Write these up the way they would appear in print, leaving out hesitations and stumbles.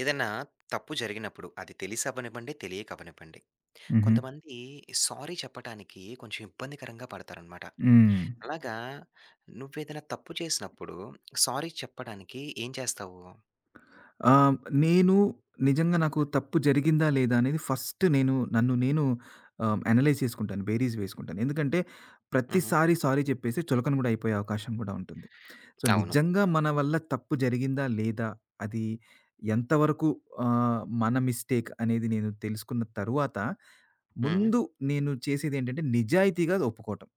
ఏదైనా తప్పు జరిగినప్పుడు అది తెలిసి అవ్వనివ్వండి, తెలియక అవ్వనివ్వండి. హుహు. కొంతమంది సారీ చెప్పటానికి కొంచెం ఇబ్బందికరంగా పడతారనమాట. హ్మ్. అలాగా నువ్వేదైనా తప్పు చేసినప్పుడు సారీ చెప్పడానికి ఏం చేస్తావు? ఆహ్, నేను నిజంగా నాకు తప్పు జరిగిందా లేదా అనేది ఫస్ట్ నన్ను నేను అనలైజ్ చేసుకుంటాను. బేరీజ్ వేసుకుంటాను. ఎందుకంటే హుహు. ప్రతిసారి సారీ చెప్పేసి చులకన కూడా అయిపోయే అవకాశం కూడా ఉంటుంది. సో, అవును. నిజంగా మన వల్ల తప్పు జరిగిందా లేదా? అది ఎంతవరకు మన మిస్టేక్ అనేది నేను తెలుసుకున్న తరువాత హ్మ్. ముందు నేను చేసేదేంటంటే నిజాయితీగా ఒప్పుకోవటం.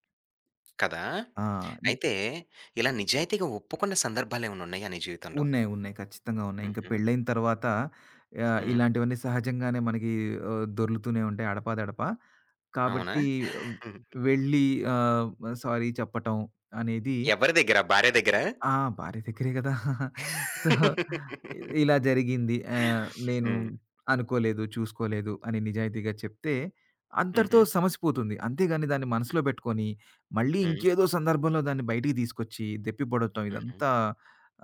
కదా! ఆ! అయితే ఇలా నిజాయితీగా ఒప్పుకున్న సందర్భాలేమన్నా ఉన్నాయా నీ జీవితంలో? ఉన్నాయి. ఉన్నాయి. ఖచ్చితంగా ఉన్నాయి. ఇంక హుహు. పెళ్ళైన తర్వాత హ్మ్. ఇలాంటివన్నీ సహజంగానే మనకి దొర్లుతూనే ఉంటాయి అడపాదడపా. అవునా? కాబట్టి, హ్మ్. వెళ్లి ఆహ్, సారీ చెప్పటం అనేది ఎవరి దగ్గర? భార్య దగ్గర? ఆ! భార్య దగ్గరే గదా! సో, ఇలా జరిగింది. నేను హ్మ్. అనుకోలేదు, చూసుకోలేదు అని నిజాయితీగా చెప్తే అంతటితో హుహు. సమస్య పోతుంది. అంతేగాని దాన్ని మనసులో పెట్టుకొని, మళ్ళీ హ్మ్. ఇంకేదో సందర్భంలో దాన్ని బయటికి తీసుకొచ్చి దెప్పిపొడటం హుహు. ఇదంతా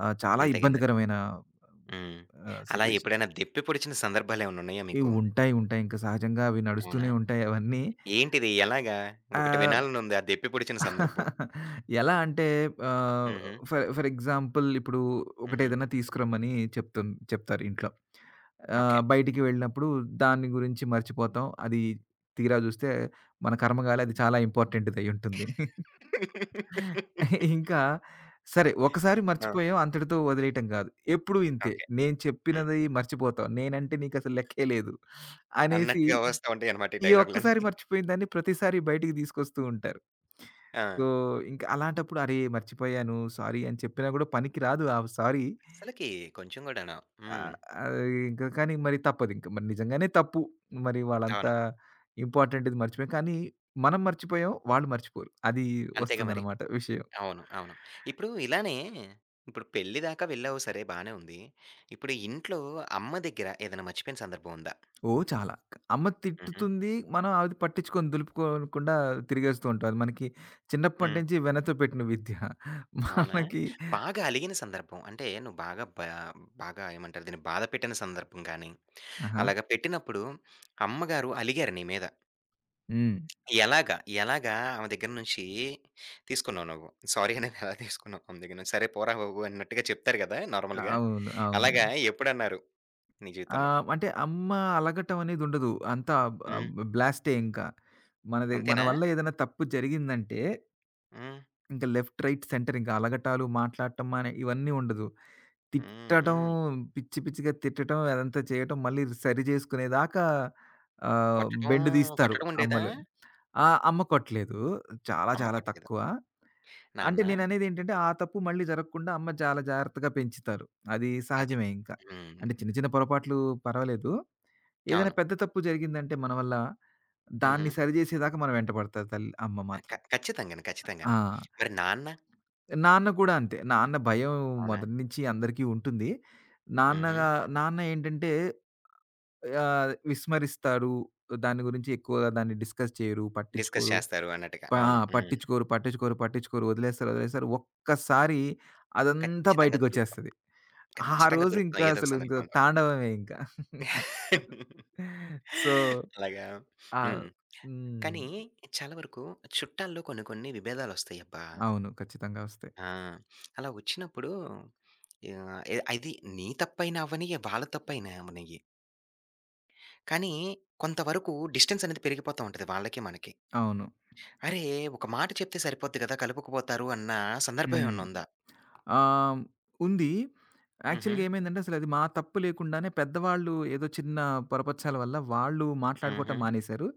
చాలా అంతేగా మరి. ఇబ్బందికరమైన హ్మ్. అలా సిట్యుయేషన్. ఎప్పుడైనా దెప్పి పొడిచిన సందర్భాలేమన్నున్నాయా ఇవి మీకు? ఉంటాయి, ఉంటాయి. ఇంకా సహజంగా అవి అవునా? నడుస్తూనే ఉంటాయి అవన్నీ. ఏంటిది? ఎలాగా? ఒకటి ఆహ్ వినాలనుంది ఆ దెప్పి పొడిచిన సందర్భం. ఎలా అంటే ఆహ్, హుహు. ఫర్ ఫర్ ఎగ్జాంపుల్ ఇప్పుడు హుహు. ఒకటేదైనా తీసుకురమ్మని చెప్తారు ఇంట్లో. ఓకే. బయటికి వెళ్ళినప్పుడు దాని గురించి మర్చిపోతాం. అది తీరా చూస్తే మన కర్మగాలి అది చాలా ఇంపార్టెంట్‌ది అయ్యుంటుంది. ఇంకా సరే ఒకసారి ఆ! మర్చిపోయాం అంతటితో వదిలేయటం కాదు. ఎప్పుడూ ఇంతే. ఓకే. నేను హ్మ్. చెప్పినది మర్చిపోతావు. నేనంటే నీకసలు లెక్కే లేదు అనేసి అన్నట్టుగా వస్తా ఉంటాయనమాట ఈ ఈ డైలాగులన్నీ. ఒక్కసారి మర్చిపోయిన దాన్ని ప్రతిసారి బయటికి తీసుకొస్తూ ఉంటారు. ఆ! సో, ఇంక అలాంటప్పుడు అరే! మర్చిపోయాను సారీ అని చెప్పినా గూడా పనికి రాదు ఆ సారీ. అసలకి కొంచెం గూడాను. హ్మ్. ఆహ్, అది ఇంక కానీ మరి తప్పదింక. మరి నిజంగానే తప్పు. మరి వాళ్ళంతా అవును. ఇంపార్టెంట్‌ది మర్చిపోయాం. కానీ మనం మర్చిపోయాం, వాళ్ళు మర్చిపోరు. అది అంతేగా మరి. వస్తుందనమాట విషయం. అవును. అవును. ఇప్పుడు ఇలానే ఇప్పుడు పెళ్లి దాకా వెళ్ళావు సరే బానే ఉంది. ఇప్పుడు ఇంట్లో అమ్మ దగ్గర ఏదైనా మర్చిపోయిన సందర్భం ఉందా? ఓహ్! చాలా. అమ్మ హుహు. తిట్టుతుంది. మనం అది పట్టించుకొని దులుపుకోకుండా తిరిగేస్తూ ఉంటాం. అది మనకి చిన్నప్పటి హ్మ్. నుంచి వెనతో పెట్టిన విద్య. అవునా? మనకి బాగా అలిగిన సందర్భం అంటే నువ్వు బాగా బాగా ఏమంటారు దీన్ని? బాధ పెట్టిన సందర్భం గానీ, ఆహా! అలాగా పెట్టినప్పుడు అమ్మగారు అలిగారు నీ మీద. హ్మ్. ఎలాగా? ఎలాగా ఆమె దగ్గర నుంచి తీసుకున్నావు నువ్వు? సారీ అనేది ఎలా తీసుకున్నావు ఆమె దగ్గర నుంచి? సరే పోరా బాబు అన్నట్టుగా చెప్తారు గదా! నార్మల్‌గా. అవును. అవును. అలాగా ఎప్పుడన్నారు నీ జీవితంలో? అంటే అమ్మ అలగటం అనేదుండదు. అంతా ఆహ్, హ్మ్. బ్లాస్టే ఇంకా. మనది మన అంతేనా? వల్ల ఏదైనా తప్పు జరిగిందంటే, హ్మ్. ఇంక లెఫ్ట్, రైట్, సెంటర్ ఇంక అలగటాలు, మాట్లాడటం అనే ఇవన్నీ ఉండదు. హ్మ్. తిట్టడం, హ్మ్. పిచ్చి పిచ్చిగా తిట్టడం, అదంతా చేయటం, మళ్ళీ సరి చేసుకునేదాకా కొట్టడం, బెండు తీస్తారు కొట్టడం ఉండేదా? అమ్మలు. ఆ! అమ్మ కొట్టలేదు. చాలా అమ్మ చాలా కొట్టలేదా? తక్కువ. అంటే నాన్న నేననేదేంటంటే, ఆ తప్పు మళ్ళీ జరగకుండా అమ్మ చాలా జాగ్రత్తగా పెంచుతారు. అది అది. సహజమే ఇంకా. హ్మ్. అంటే చిన్న చిన్న పొరపాట్లు పర్వాలేదు. ఏదైనా అవును. పెద్ద తప్పు జరిగిందంటే మన వల్ల, హుహు. దాన్ని సరిజేసేదాకా మన వెంట పడతారు తల్ అమ్మ ఆ! మాత్రం. ఖచ్చితంగాను. ఖచ్చితంగాను. ఆ! మరి నాన్న నాన్న కూడా అంతే. నాన్న భయం అవునా? మొదటి నుంచి అందరికీ ఉంటుంది. హుహు. నాన్నగా నాన్న ఏంటంటే విస్మరిస్తారు. దాని గురించి ఎక్కువగా దాన్ని డిస్కస్ చేయరు. డిస్కస్ పట్టించుకోరు. చేస్తారు అన్నట్టుగా. ఆ! అవును. హ్మ్. పట్టించుకోరు, పట్టించుకోరు, పట్టించుకోరు. వదిలేస్తారు, వదిలేస్తారు. ఒక్కసారి అదంతా ఖచ్చితంగా దొరుకుతాం. బయటికొచ్చేస్తది. ఆ ఖచ్చితంగా రోజు దొరుకుతాం ఇంకా ఏదో ఒక అసలు ఇంకా సందర్భంలో. తాండవమే ఇంకా. సో, అలాగా ఆ! హ్మ్. హ్మ్. కానీ చాలా వరకు చుట్టాల్లో కొన్ని కొన్ని విభేదాలొస్తాయబ్బా! అవును. ఖచ్చితంగా వస్తాయి. ఆ! అలా వచ్చినప్పుడు ఎ అది నీ తప్పైనా అవ్వనియ్యి, వాళ్ళ తప్పైనా అవ్వనియ్యి. కానీ కొంతవరకు డిస్టెన్స్ అనేది పెరిగిపోతా ఉంటది వాళ్ళకి మనకి. అవును. అరే! ఒక మాట చెప్తే సరిపోద్ది కదా! కలుపుకుపోతారు అన్న సందర్భం హ్మ్. ఏమన్నా ఉందా? ఆహ్, ఉంది. హుహు. యాక్చువల్‌గా ఏమైందంటే అసలది మా తప్పు లేకుండానే పెద్దవాళ్ళు ఏదో చిన్న పొరపచ్చాల వల్ల వాళ్ళు మాట్లాడుకోవటం హుహు. మానేశారు.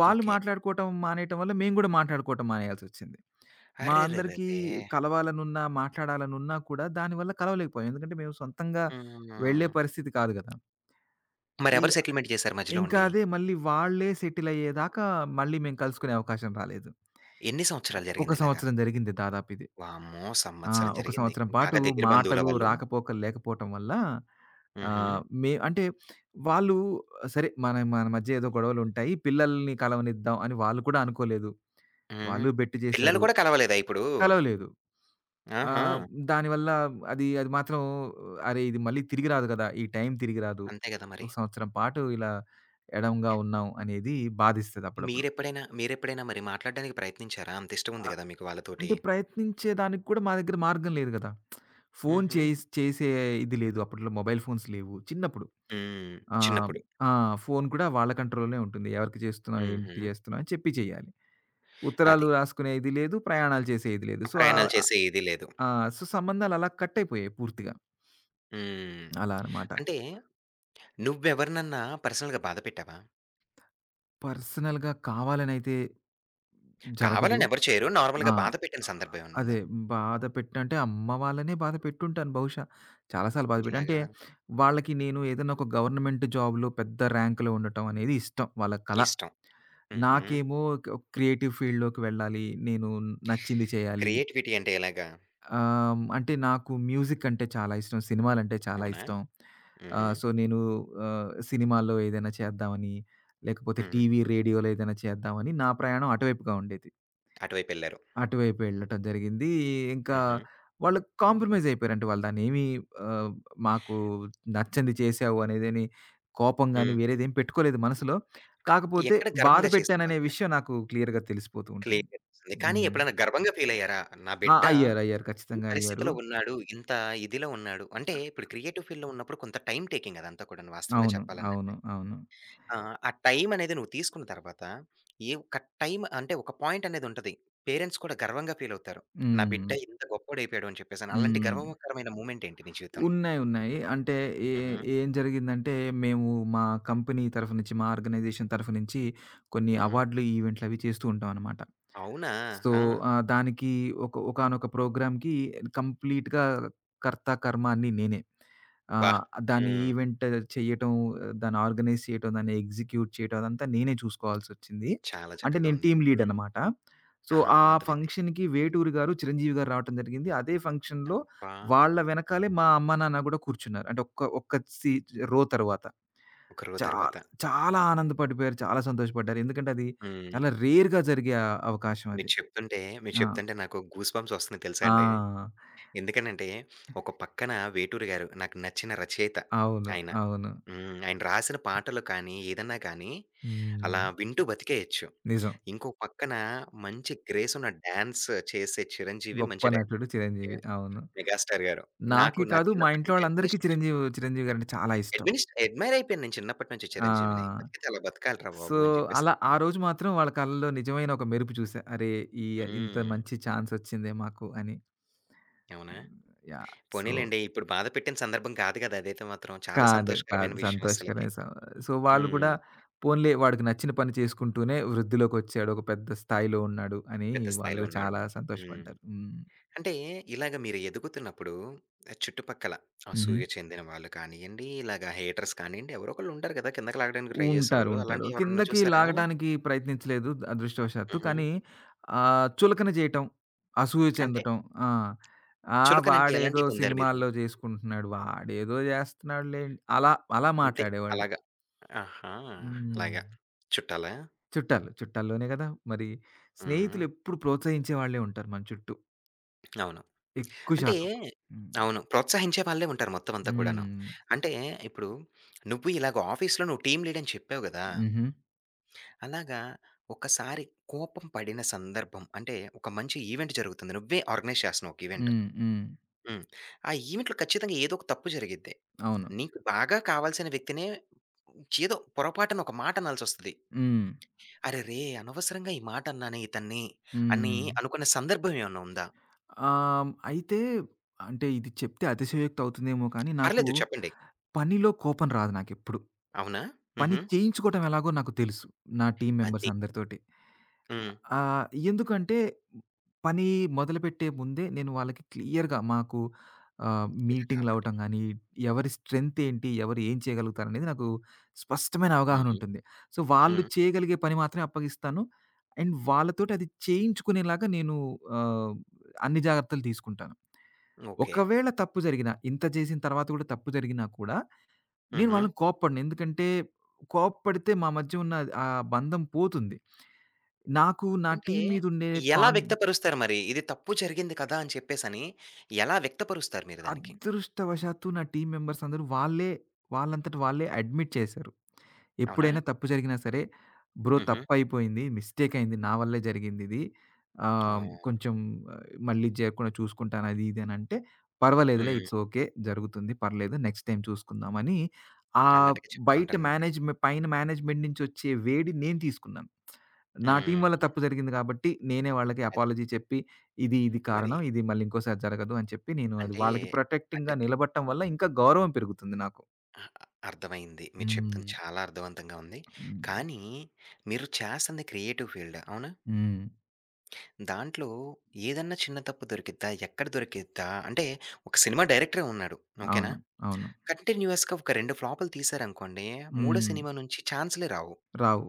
వాళ్ళు ఓకే. మాట్లాడుకోవటం మానేయటం వల్ల మేము గూడా మాట్లాడుకోవటం మానేయాల్సొచ్చింది. మా అందరికీ అరెరెరెరే! కలవాలనున్నా, మాట్లాడాలనున్నా కూడా దానివల్ల కలవలేకపోయాం. ఎందుకంటే మేము సొంతంగా హ్మ్. వెళ్ళే పరిస్థితి కాదు గదా! ఈ మరెవరు సెటిల్‌మెంట్ చేశారు మధ్యలో ఇంకా ఉండి? అదే మళ్ళీ వాళ్ళే సెటిల్ అయ్యేదాకా మళ్ళీ మేము కలుసుకునే అవకాశం రాలేదు. ఎన్ని సంవత్సరాలు ఒక జరిగిందిలాగా? సంవత్సరం జరిగింది దాదాపు ఇది. వామ్మో! ఆ! సంవత్సరం ఒక జరిగింది. సంవత్సరం పాటు బాగా దగ్గర బంధువులా మాటలు వాళ్ళు? రాకపోకలు లేకపోవటం వల్ల హుహు. అంటే వాళ్ళు సరే మన మన మధ్య ఏదో గొడవలుంటాయి. పిల్లల్ని కలవనిద్దాం అని వాళ్ళు కూడా అనుకోలేదు. హ్మ్. వాళ్ళు బెట్ పిల్లలు చేశారు. కూడా కలవలేదా ఇప్పుడు? కలవలేదు. ఆహా! ఆహ్, దానివల్ల అది అది మాత్రం అరే! ఇది మళ్ళీ తిరిగి రాదు కదా! ఈ టైం తిరిగి రాదు. అంతే గదా మరి. ఒక సంవత్సరం పాటు ఇలా ఎడంగా ఉన్నాం అనేది బాధిస్తది అప్పుడప్పుడు. మీరెప్పుడైనా మీరెప్పుడైనా మరి మాట్లాడడానికి ప్రయత్నించారా? అంత ఇష్టం ఉంది గదా మీకు వాళ్ళతోటి? అంటే ప్రయత్నించే దానికి కూడా మా దగ్గర మార్గం లేదు గదా! ఫోన్ హుహు. చేస్ చేసే ఇది లేదు. అప్పట్లో మొబైల్ ఫోన్స్ లేవు. చిన్నప్పుడు. హ్మ్. ఆహ్, చిన్నప్పుడు. ఆ! ఫోను కూడా వాళ్ళ కంట్రోల్‌లోనే ఉంటుంది. ఎవరికి చేస్తున్నావు? ఏంటి హుహు. చేస్తున్నావు? అని చెప్పి చేయాలి. ఉత్తరాలు అది. రాసుకునే ఇది లేదు. ప్రయాణాలు చేసే ఇది లేదు. సో, ప్రయాణాలు చేసే ఇది లేదు. ఆ! సో, సంబంధాలు అలా కట్ అయిపోయాయి పూర్తిగా. హ్మ్. అలా అన్నమాట. అంటే నువ్వెవరినన్నా పర్సనల్‌గా బాధ పెట్టావా? పర్సనల్‌గా కావాలనైతే జరగదు. కావాలని ఎవరు చేయరు. ఆ! నార్మల్‌గా బాధ పెట్టిన సందర్భం ఏమన్నా ఉందా? అదే బాధ పెట్టంటే అమ్మ వాళ్ళనే బాధ పెట్టుంటాను బహుశా. చాలా సార్లు బాధ పెట్టా. అంటే ఇలాగా వాళ్ళకి నేను ఏదైనా ఒక గవర్నమెంట్ జాబ్‌లో పెద్ద ర్యాంక్‌లో ఉండటం అనేది ఇష్టం. వాళ్ళ కల. ఇష్టం. హుహు. నాకేమో క్ క్రియేటివ్ ఫీల్డ్‌లోకి వెళ్ళాలి. నేను నచ్చింది చేయాలి. క్రియేటివిటీ అంటే ఎలాగా? అంటే నాకు మ్యూజిక్ అంటే చాలా ఇష్టం. సినిమాలంటే చాలా అవునా? ఇష్టం. హుహు. సో, నేను సినిమాల్లో ఏదైనా చేద్దామని, లేకపోతే హ్మ్. టీవీ, రేడియోలో ఏదైనా చేద్దామని నా ప్రయాణం అటువైపుగా ఉండేది. అటువైపెళ్లారు. అటువైపు వెళ్ళటం జరిగింది. ఇంకా హుహు. వాళ్ళు కాంప్రమైజ్ అయిపోయారంటే వాళ్ళు దాన్నేమి ఆహ్, మాకు నచ్చనిది చేశావు అనేదని కోపం గాని, హ్మ్. వేరేదేం పెట్టుకోలేదు మనసులో. కాకపోతే ఎక్కడ బాధ గర్వంగా చేసారు పెట్టాననే వాళ్ళని? విషయం నాకు క్లియర్‌గా తెలిసిపోతూ ఉంటుంది. క్లియర్‌గా తెలిసింది. కానీ హ్మ్. ఎప్పుడైనా గర్వంగా ఫీలయ్యారా? నా ఆ! బిడ్డ అయ్యారు. అయ్యారు. ఈ ఖచ్చితంగా అయ్యారు. పరిస్థితిలో ఉన్నాడు. ఇంత ఇదిలో ఉన్నాడు. అంటే ఇప్పుడు క్రియేటివ్ ఫీల్డ్‌లో ఉన్నప్పుడు కొంత టైమ్ టేకింగ్ అదంతా కూడాను వాస్తవంగా అవును. అవును. చెప్పాలనంటే. అవును. ఆ! ఆ టైమనేది నువ్వు తీసుకున్న తర్వాత, ఒక టైమ్ అంటే ఒక పాయింట్ అనేదుంటది. పేరెంట్స్ కూడా గర్వంగా ఫీలవుతారు. నా హ్మ్. బిడ్డ ఇంత గొప్పోడయిపోయాడు అని చెప్పేసని. అలాంటి హ్మ్. గర్వకరమైన మూమెంట్ ఏంటి నీ జీవితంలో? ఉన్నాయి. ఉన్నాయి. అంటే ఏ హుహు. ఏం జరిగిందంటే, మేము మా కంపెనీ తరఫు నుంచి, మా ఆర్గనైజేషన్ తరఫు నుంచి కొన్ని హుహు. అవార్డులు, ఈవెంట్లు అవి చేస్తూ ఉంటాం అనమాట. అవునా! సో, ఆ! దానికి ఒకానొక ప్రోగ్రామ్‌కి కంప్లీట్‌గా కర్త, కర్మ అన్నీ నేనే. అబ్బా! ఆహ్, దాని హ్మ్. ఈవెంట్ చేయటం, దాన్ని ఆర్గనైజ్ చేయటం, దాన్ని ఎగ్జిక్యూట్ చేయటం అదంతా నేనే చూసుకోవాల్సొచ్చింది. చాలా అంటే చక్కగా నేను ఉంది. టీమ్ లీడ్ హ్మ్. అనమాట. సో, ఆహా! ఆ అర్థమైంది. ఫంక్షన్‌కి వేటూరి గారు, చిరంజీవి గారు రావటం జరిగింది. అదే ఫంక్షన్‌లో అబ్బా! వాళ్ళ వెనకాలే మా అమ్మ, నాన్న గూడా కూర్చున్నారు. అంటే ఒక్క ఒక్క సీ రో తరువాత. ఒక రోజు చాలా, తర్వాత. చాలా ఆనందపడిపోయారు. చాలా సంతోషపడ్డారు. ఎందుకంటే అది హ్మ్. చాలా రేర్‌గా జరిగే అవకాశం మీరు అది. చెప్తుంటే, మీరు ఆ! చెప్తుంటే నాకు గూస్ బంప్స్ వస్తున్నాయి తెలుసా అండి. ఆ! ఎందుకనంటే, ఒక పక్కన 'వేటూరి' గారు నాకు నచ్చిన రచయిత అవును. ఆయన. అవును. హ్మ్. ఆయన రాసిన పాటలు కానీ, ఏదన్నా కానీ హ్మ్. అలా వింటూ బతికేయొచ్చు. నిజం. ఇంకో పక్కన మంచి గ్రేస్ ఉన్న డాన్స్ చేసే 'చిరంజీవి' గొప్ప మంచి నటుడు డాన్సే చిరంజీవి. అవును. 'మెగాస్టార్' గారు. నాకు నాకే నా కాదు మా చిన్నప్పటి ఇంట్లో నుంచి వాళ్ళందరికీ అడ్మినిస్ట్రేషన్ చిరంజీవి చిరంజీవి గారంటే చాలా ఇష్టం. అడ్మినిస్ట్ అడ్మైర్ అయిపోయాను నేను చిన్నప్పటి నుంచి 'చిరంజీవిని.' ఆ! బతికితే అలా బతకాలిరా సో, బాబు! అని చెప్పేసి అలా ఆ అనుకుని. రోజు మాత్రం వాళ్ళ కళ్ళలో నిజమైన ఒక మెరుపు చూసా. అరే! ఈ ఇంత హ్మ్. మంచి ఛాన్స్ ఒచ్చిందే మాకు అని. అవునా? యాహ్! సో పోనీలెండి. ఇప్పుడు బాధ పెట్టిన సందర్భం కాదు గదా! అదైతే మాత్రం. చాలా కాదు. కాదు. సంతోషకరమైన విషయం అస్సలకి. సంతోషకరమైన సో, వాళ్ళు హ్మ్. కూడా పోన్లే వాడికి నచ్చిన పని చేసుకుంటూనే వృద్ధిలోకొచ్చాడు. ఒక పెద్ద స్థాయిలో ఉన్నాడు అని పెద్ద వాళ్ళు స్థాయిలో కూడా ఉన్నాడు. చాలా హ్మ్. సంతోషపడ్డారు. హ్మ్. అంటే ఇలాగ మీరు ఎదుగుతున్నప్పుడు ఆ చుట్టుపక్కల హుహు. అసూయ చెందిన వాళ్ళు కానియండి, ఇలాగ హేటర్స్ కానియండి, ఎవరో ఒకళ్ళు ఉంటారు కదా! కిందకి లాగడానికి ట్రై ఉంటారు. చేసేవాళ్ళు. ఉంటారు. అలాంటివి ఎవరన్నా కిందకి చూసారా? లాగడానికి ప్రయత్నించలేదు అదృష్టవశాత్తు. హుహు. కానీ చులకన చేయటం, అసూయ అంటే చెందటం. ఆ! ఆ! చులకన అంటే వాడేదో ఎలాంటివి పొందారు మీరు? సినిమాల్లో చేసుకుంటున్నాడు. వాడేదో చేస్తున్నాడులే అలా అలా అంతే మాట్లాడేవాళ్ళు. అలాగా. ఆహా! హ్మ్. అలాగా. చుట్టాలా? చుట్టాలు. చుట్టాల్లోనే గదా! మరి హ్మ్. స్నేహితులెప్పుడు ప్రోత్సహించే వాళ్ళే ఉంటారు మన చుట్టూ అవును. ఎక్కువ అంటే శాతం. హ్మ్. అవును. ప్రోత్సహించే వాళ్ళే ఉంటారు మొత్తం అంతా కూడాను. హ్మ్. అంటే ఇప్పుడు నువ్వు ఇలాగ ఆఫీస్‌లో నువ్వు టీమ్ లీడ్ అని చెప్పావు గదా! హుహు. అలాగా ఒకసారి కోపం పడిన సందర్భం అంటే, ఒక మంచి ఈవెంట్ జరుగుతుంది. నువ్వే ఆర్గనైజ్ చేస్తున్నావు ఒక ఈవెంట్. హ్మ్. హ్మ్. హ్మ్. ఆ ఈవెంట్‌లో ఖచ్చితంగా ఏదో ఒక తప్పు జరిగిద్ది. అవును. నీకు బాగా కావాల్సిన వ్యక్తినే ఏదో పొరపాటున ఒక మాట అనాల్సొస్తది. హ్మ్. "అరెరే! అనవసరంగా ఈ మాట అన్నానే ఇతన్ని" అని హ్మ్. అనుకున్న సందర్భం ఏమన్నా ఉందా? అయితే అంటే ఇది చెప్తే అతిశయోక్తి అవుతుందేమో కానీ నాకు పర్లేదు చెప్పండి. పనిలో కోపం రాదు నాకెప్పుడు. అవునా? పని హుహు. చేయించుకోవటం ఎలాగో నాకు తెలుసు. నా టీమ్ మెంబర్స్ అది. అందరితోటి. హ్మ్. ఎందుకంటే పని మొదలుపెట్టే ముందే నేను వాళ్ళకి క్లియర్‌గా మాకు ఇలా కాబట్టి. మీటింగ్‌లవ్వటం గాని, ఎవరి స్ట్రెంత్ ఏంటి? ఎవరు ఏం చేయగలుగుతారనేది నాకు స్పష్టమైన హుహు. అవగాహనుంటుంది. సో, వాళ్ళు హ్మ్. చేయగలిగే పని మాత్రమే అప్పగిస్తాను. అండ్ వాళ్ళతోటి అది చేయించుకునేలాగా నేను ఆహ్, అన్ని జాగ్రత్తలు తీసుకుంటాను. ఓకే. ఒకవేళ తప్పు జరిగినా, ఇంత చేసిన తర్వాత గూడా తప్పు జరిగినా కూడా, నేను హుహు. వాళ్ళని కోప్పడను. ఎందుకంటే, కోప్పడితే మా మధ్య ఉన్న ఆ బంధం పోతుంది. నాకు నా అంటే టీమ్ మీదుండే ఎలా కాన్ వ్యక్తపరుస్తారు మరి? ఇది తప్పు జరిగింది కదా! అని చెప్పేసని ఎలా వ్యక్తపరుస్తారు మీరు దానికి? అదృష్టవశాత్తు నా టీమ్ మెంబర్స్ అందరూ వాళ్ళంతట వాళ్ళే అడ్మిట్ చేశారు. అవునా? ఎప్పుడైనా తప్పు జరిగినా సరే, "బ్రో హుహు. తప్పయిపోయింది. మిస్టేక్ అయింది. నా వల్లే జరిగిందిది. ఆ! కొంచెం ఆ, మళ్ళీ జరగకుండా చూసుకుంటాను" అది ఇది అనంటే, "పర్వాలేదులే. హ్మ్. It's okay. జరుగుతుంది. పర్లేదు. నెక్స్ట్ టైమ్ చూసుకుందాం" అని ఆ అన్నట్టుగా చెప్తూ బయట ఉంటారనమాట. మేనేజ్‌మె పైన మేనేజ్‌మెంట్ నుంచొచ్చే వేడి నేను తీసుకున్నాను. నా టీమ్ వల్ల హ్మ్. తప్పు జరిగింది కాబట్టి, నేనే వాళ్ళకి అది. అపాలజీ చెప్పి, ఇది ఇది మరి కారణం. ఇది మళ్ళీ ఇంకోసారి జరగదు అని చెప్పి, నేను అది అంటే, వాళ్ళకి అంటే ప్రొటెక్టింగ్‌గా నిలబడటం వల్ల ఇంకా గౌరవం పెరుగుతుంది నాకు. అహ్, అర్థమైంది. మీరు హ్మ్. చెప్తుంది చాలా అర్థవంతంగా ఉంది. హ్మ్. కానీ మీరు చేస్తుంది క్రియేటివ్ ఫీల్డ్. అవునా? హ్మ్. దాంట్లో ఏదన్నా చిన్న తప్పు దొరికిద్దా? ఎక్కడ దొరికిద్దా? అంటే ఒక సినిమా డైరెక్టరే ఉన్నాడు. ఓకేనా? అవును. అవును. కంటిన్యూయస్‌గా ఒక 2 ఫ్లాపులు తీశారనుకోండి, మూడో హ్మ్. సినిమా నుంచి ఛాన్సులే రావు. రావు.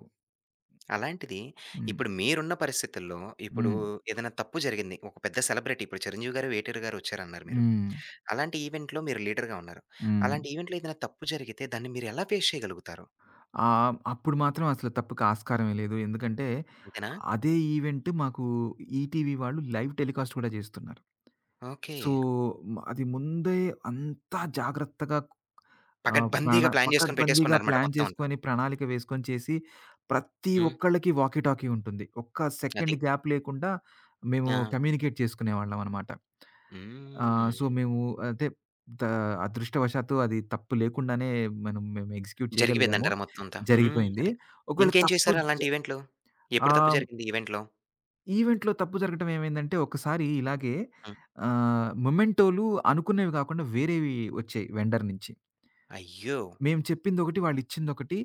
అలాంటిది హ్మ్. ఇప్పుడు మీరున్న పరిస్థితుల్లో, ఇప్పుడు హ్మ్. ఏదైనా తప్పు జరిగింది. ఒక పెద్ద సెలబ్రిటీ ఇప్పుడు 'చిరంజీవి' గారు, 'ఎన్టీఆర్' గారు ఒచ్చారన్నారు మీరు. హ్మ్. అలాంటి ఈవెంట్‌లో మీరు లీడర్‌గా ఉన్నారు. హ్మ్. అలాంటి ఈవెంట్‌లో ఏదైనా తప్పు జరిగితే దాన్ని మీరు ఎలా ఫేస్ చేయగలుగుతారు? అప్పుడు మాత్రం అసలు తప్పుకి ఆస్కారమే లేదు. ఎందుకంటే, అంతేనా? అదే ఈవెంట్ మాకు ఈటీవీ వాళ్ళు లైవ్ టెలికాస్ట్ కూడా చేస్తున్నారు. ఓకే. సో, అది ముందే అంతా జాగ్రత్తగా ఆ! పకడ్బందీగా ప్లాన్ జేసుకొని పకడ్బందీగా పెట్టేసుకున్నారన్నమాట ప్లాన్ మొత్తం అంతా. చేసుకొని, ప్రణాళిక వేసుకొని చేసి, ప్రతి హ్మ్. ఒక్కళ్ళకి వాకీ టాకీ ఉంటుంది. ఒక్క అది. సెకండ్ గ్యాప్ లేకుండా మేము ఆ! కమ్యూనికేట్ చేసుకునేవాళ్ళమనమాట. సో, హ్మ్. మేము అదే ద అదృష్టవశాత్తు అది తప్పు లేకుండానే మేము ఎగ్జిక్యూట్ చేయగలిగాము. జరిగిపోయిందంటారా మొత్తం అంతా? హ్మ్. జరిగిపోయింది. అది. ఒకవేళ ఇంకేం తప్పు చేశారు జ అలాంటి ఈవెంట్‌లో? ఎప్పుడు తప్పు ఆహ్, జరిగింది ఈవెంట్‌లో? ఈవెంట్‌లో తప్పు జరగటం ఏమైందంటే ఒకసారి ఇలాగే హ్మ్. మొమెంటోలు అనుకున్నవి గాకుండా వేరేవి వచ్చాయి వెండర్ నుంచి. అయ్యో! మేము చెప్పిందొకటి, వాళ్ళిచ్చిందొకటి.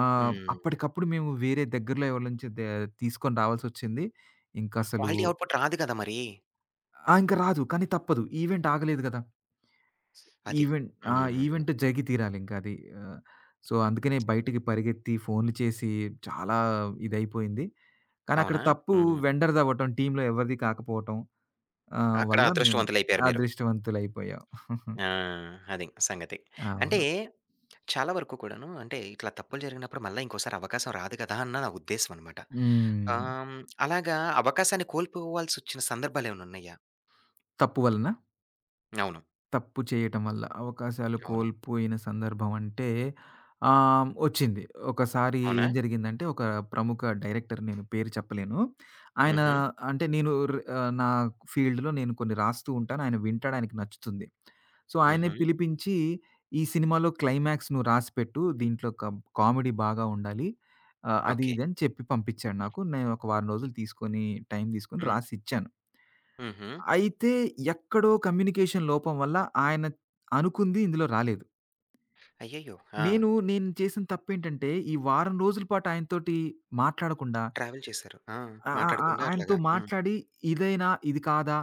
హ్మ్. అప్పటికప్పుడు మేము వేరే దగ్గరలో ఎవళ్ళనుంచి తీసుకొని రావాల్సొచ్చింది. ఇంకసలు క్వాలిటీ అవుట్‌పుట్ రాదు గదా మరి. ఆ! ఇంక రాదు. కానీ తప్పదు. ఈవెంట్ ఆగలేదు గదా! అది. ఈవెంట్ ఆ! హ్మ్. ఈవెంట్ జరిగి తీరాలింక అది. ఆహ్, సో, అందుకనే బయటికి పరిగెత్తి ఫోన్లు చేసి చాలా ఇదయిపోయింది. కానీ అక్కడ అవునా? తప్పు హ్మ్. వెండర్‌దవ్వటం, టీమ్‌లో ఎవరిది కాకపోవటం అక్కడ వల్ల మేము అదృష్టవంతులైపోయారు మీరు. అదృష్టవంతులయిపోయాం. ఆ! అది సంగతి. అంటే అవును. చాలా వరకు కూడాను అంటే ఇట్లా తప్పులు జరిగినప్పుడు మళ్ళా ఇంకోసారి అవకాశం రాదు కదా! అన్న నా ఉద్దేశ్యం అనమాట. ఆహ్, హ్మ్. హ్మ్, అలాగా అవకాశాన్ని కోల్పోవాల్సొచ్చిన సందర్భాలేమైనా ఉన్నాయా? తప్పు వలన? అవును. తప్పు చేయటం వల్ల అవకాశాలు అవును. కోల్పోయిన సందర్భం అంటే వచ్చింది. ఒకసారి అవునా? ఏం జరిగిందంటే ఒక ప్రముఖ డైరెక్టర్ నేను పేరు చెప్పలేను. ఆయన హుహు. అంటే నేను నా ఫీల్డ్‌లో నేను కొన్ని రాస్తూ ఉంటాను. ఆయన వింటాడు. ఆయనకి నచ్చుతుంది. సో, ఆయన్ని హుహు. పిలిపించి ఈ సినిమాలో క్లైమాక్స్ నువ్వు రాసిపెట్టు. దీంట్లో కామెడీ బాగా ఉండాలి. అది ఓకే. ఇది అని చెప్పి పంపించాడు నాకు. నేను ఒక వారం రోజులు తీసుకొని టైం తీసుకొని హ్మ్. రాసిచ్చాను. హుహు. అయితే ఎక్కడో కమ్యూనికేషన్ లోపం వల్ల ఆయన అనుకుంది ఇందులో రాలేదు. అయ్యయ్యో! ఆ! నేను చేసిన తప్పేంటంటే ఈ వారం రోజుల పాటు ఆయనతోటి మాట్లాడకుండా ట్రావెల్ చేశారు. ఆ! ఆహ్, ఆహ్, ఆహ్, మాట్లాడకుండా ఆయనతో అట్లాగా. హ్మ్. మాట్లాడి ఇదేనా? ఇది కాదా?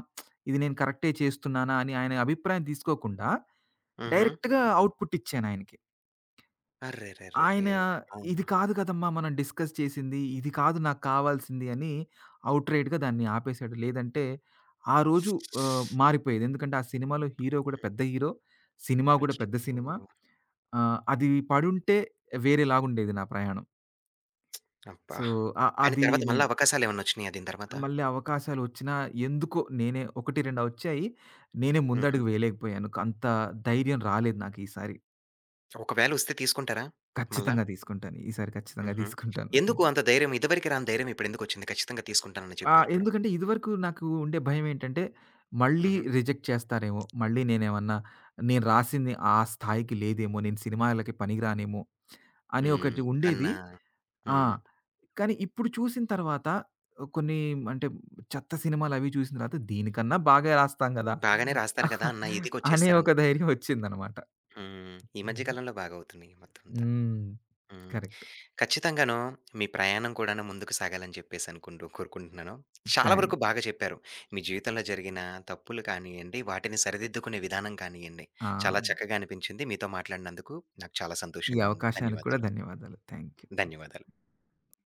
ఇది నేను కరెక్టే చేస్తున్నానా? అని ఆయన అభిప్రాయం తీసుకోకుండా హుహు. డైరెక్ట్‌గా అవుట్‌పుట్ ఇచ్చాను ఆయనకి. అర్రెరెరెరే! ఆయన "ఇది అవునా? కాదు కదమ్మా! మనం డిస్కస్ చేసింది. ఇది కాదు నాకు కావాల్సింది" అని ఔట్‌రైట్‌గా దాన్ని ఆపేసాడు. లేదంటే ఆ రోజు మారిపోయేది. ఎందుకంటే ఆ సినిమాలో హీరో కూడా పెద్ద హీరో. సినిమా కూడా పెద్ద సినిమా. అయ్యో! అది పడుంటే వేరేలాగుండేది నా ప్రయాణం. అబ్బా! సో, కానీ అది తర్వాత మళ్ళా నేను అవకాశాలేమన్నొచ్చినియా దీని తర్వాత? మళ్ళీ అవకాశాలొచ్చినా ఎందుకో నేనే 1, 2 వచ్చాయి. నేనే హుహు. ముందడుగు వేయలేకపోయాను. అంత ధైర్యం రాలేదు నాకు ఈసారి. ఒకవేళ వస్తే తీసుకుంటారా? మళ్ళా? ఖచ్చితంగా తీసుకుంటాను. ఈసారి ఖచ్చితంగా హుహు. తీసుకుంటాను. ఎందుకు అంత ధైర్యం? ఇదివరకి రాని ధైర్యం ఇప్పుడెందుకొచ్చింది? ఖచ్చితంగా తీసుకుంటానని ఆ! చెప్పారిప్పుడు. ఎందుకంటే ఇదివరకు నాకు ఉండే భయమేంటంటే, మళ్ళీ హుహు. రిజెక్ట్ చేస్తారేమో! మళ్ళీ నేనేమన్నా నేను రాసింది ఆ స్థాయికి లేదేమో! నేను సినిమాలకి పనికిరానేమో! అని హ్మ్. ఒకటి అన్న ఉండేది. ఆ! హ్మ్. కానీ ఇప్పుడు చూసిన తర్వాత కొన్ని అంటే చెత్త సినిమాలవి చూసిన తర్వాత దీనికన్నా బాగా రాస్తాం గదా! బాగానే రాస్తారు గదా! అన్న అనే ఒక ఇదికొచ్చేసారనమాట. ధైర్యం వచ్చిందనమాట. హ్మ్. ఈ మధ్య కాలంలో బాగా అవుతున్నాయి మొత్తం అంతా. హ్మ్. హ్మ్. కరెక్ట్. ఖచ్చితంగాను. మీ ప్రయాణం కూడాను ముందుకు సాగాలని చెప్పేసి అనుకుంటూ కోరుకుంటున్నాను. చాలా థాంక్ వరకు బాగా చెప్పారు. మీ జీవితంలో జరిగిన తప్పులు కానియ్యండి, వాటిని సరిదిద్దుకునే విధానం కానియ్యండి, ఆ! చాలా చక్కగా అనిపించింది. మీతో మాట్లాడినందుకు నాకు చాలా ఈ సంతోషంగా ఉంది. అవకాశానికి కూడా ధన్యవాదాలు. ధన్యవాదాలు. Thank you. ధన్యవాదాలు.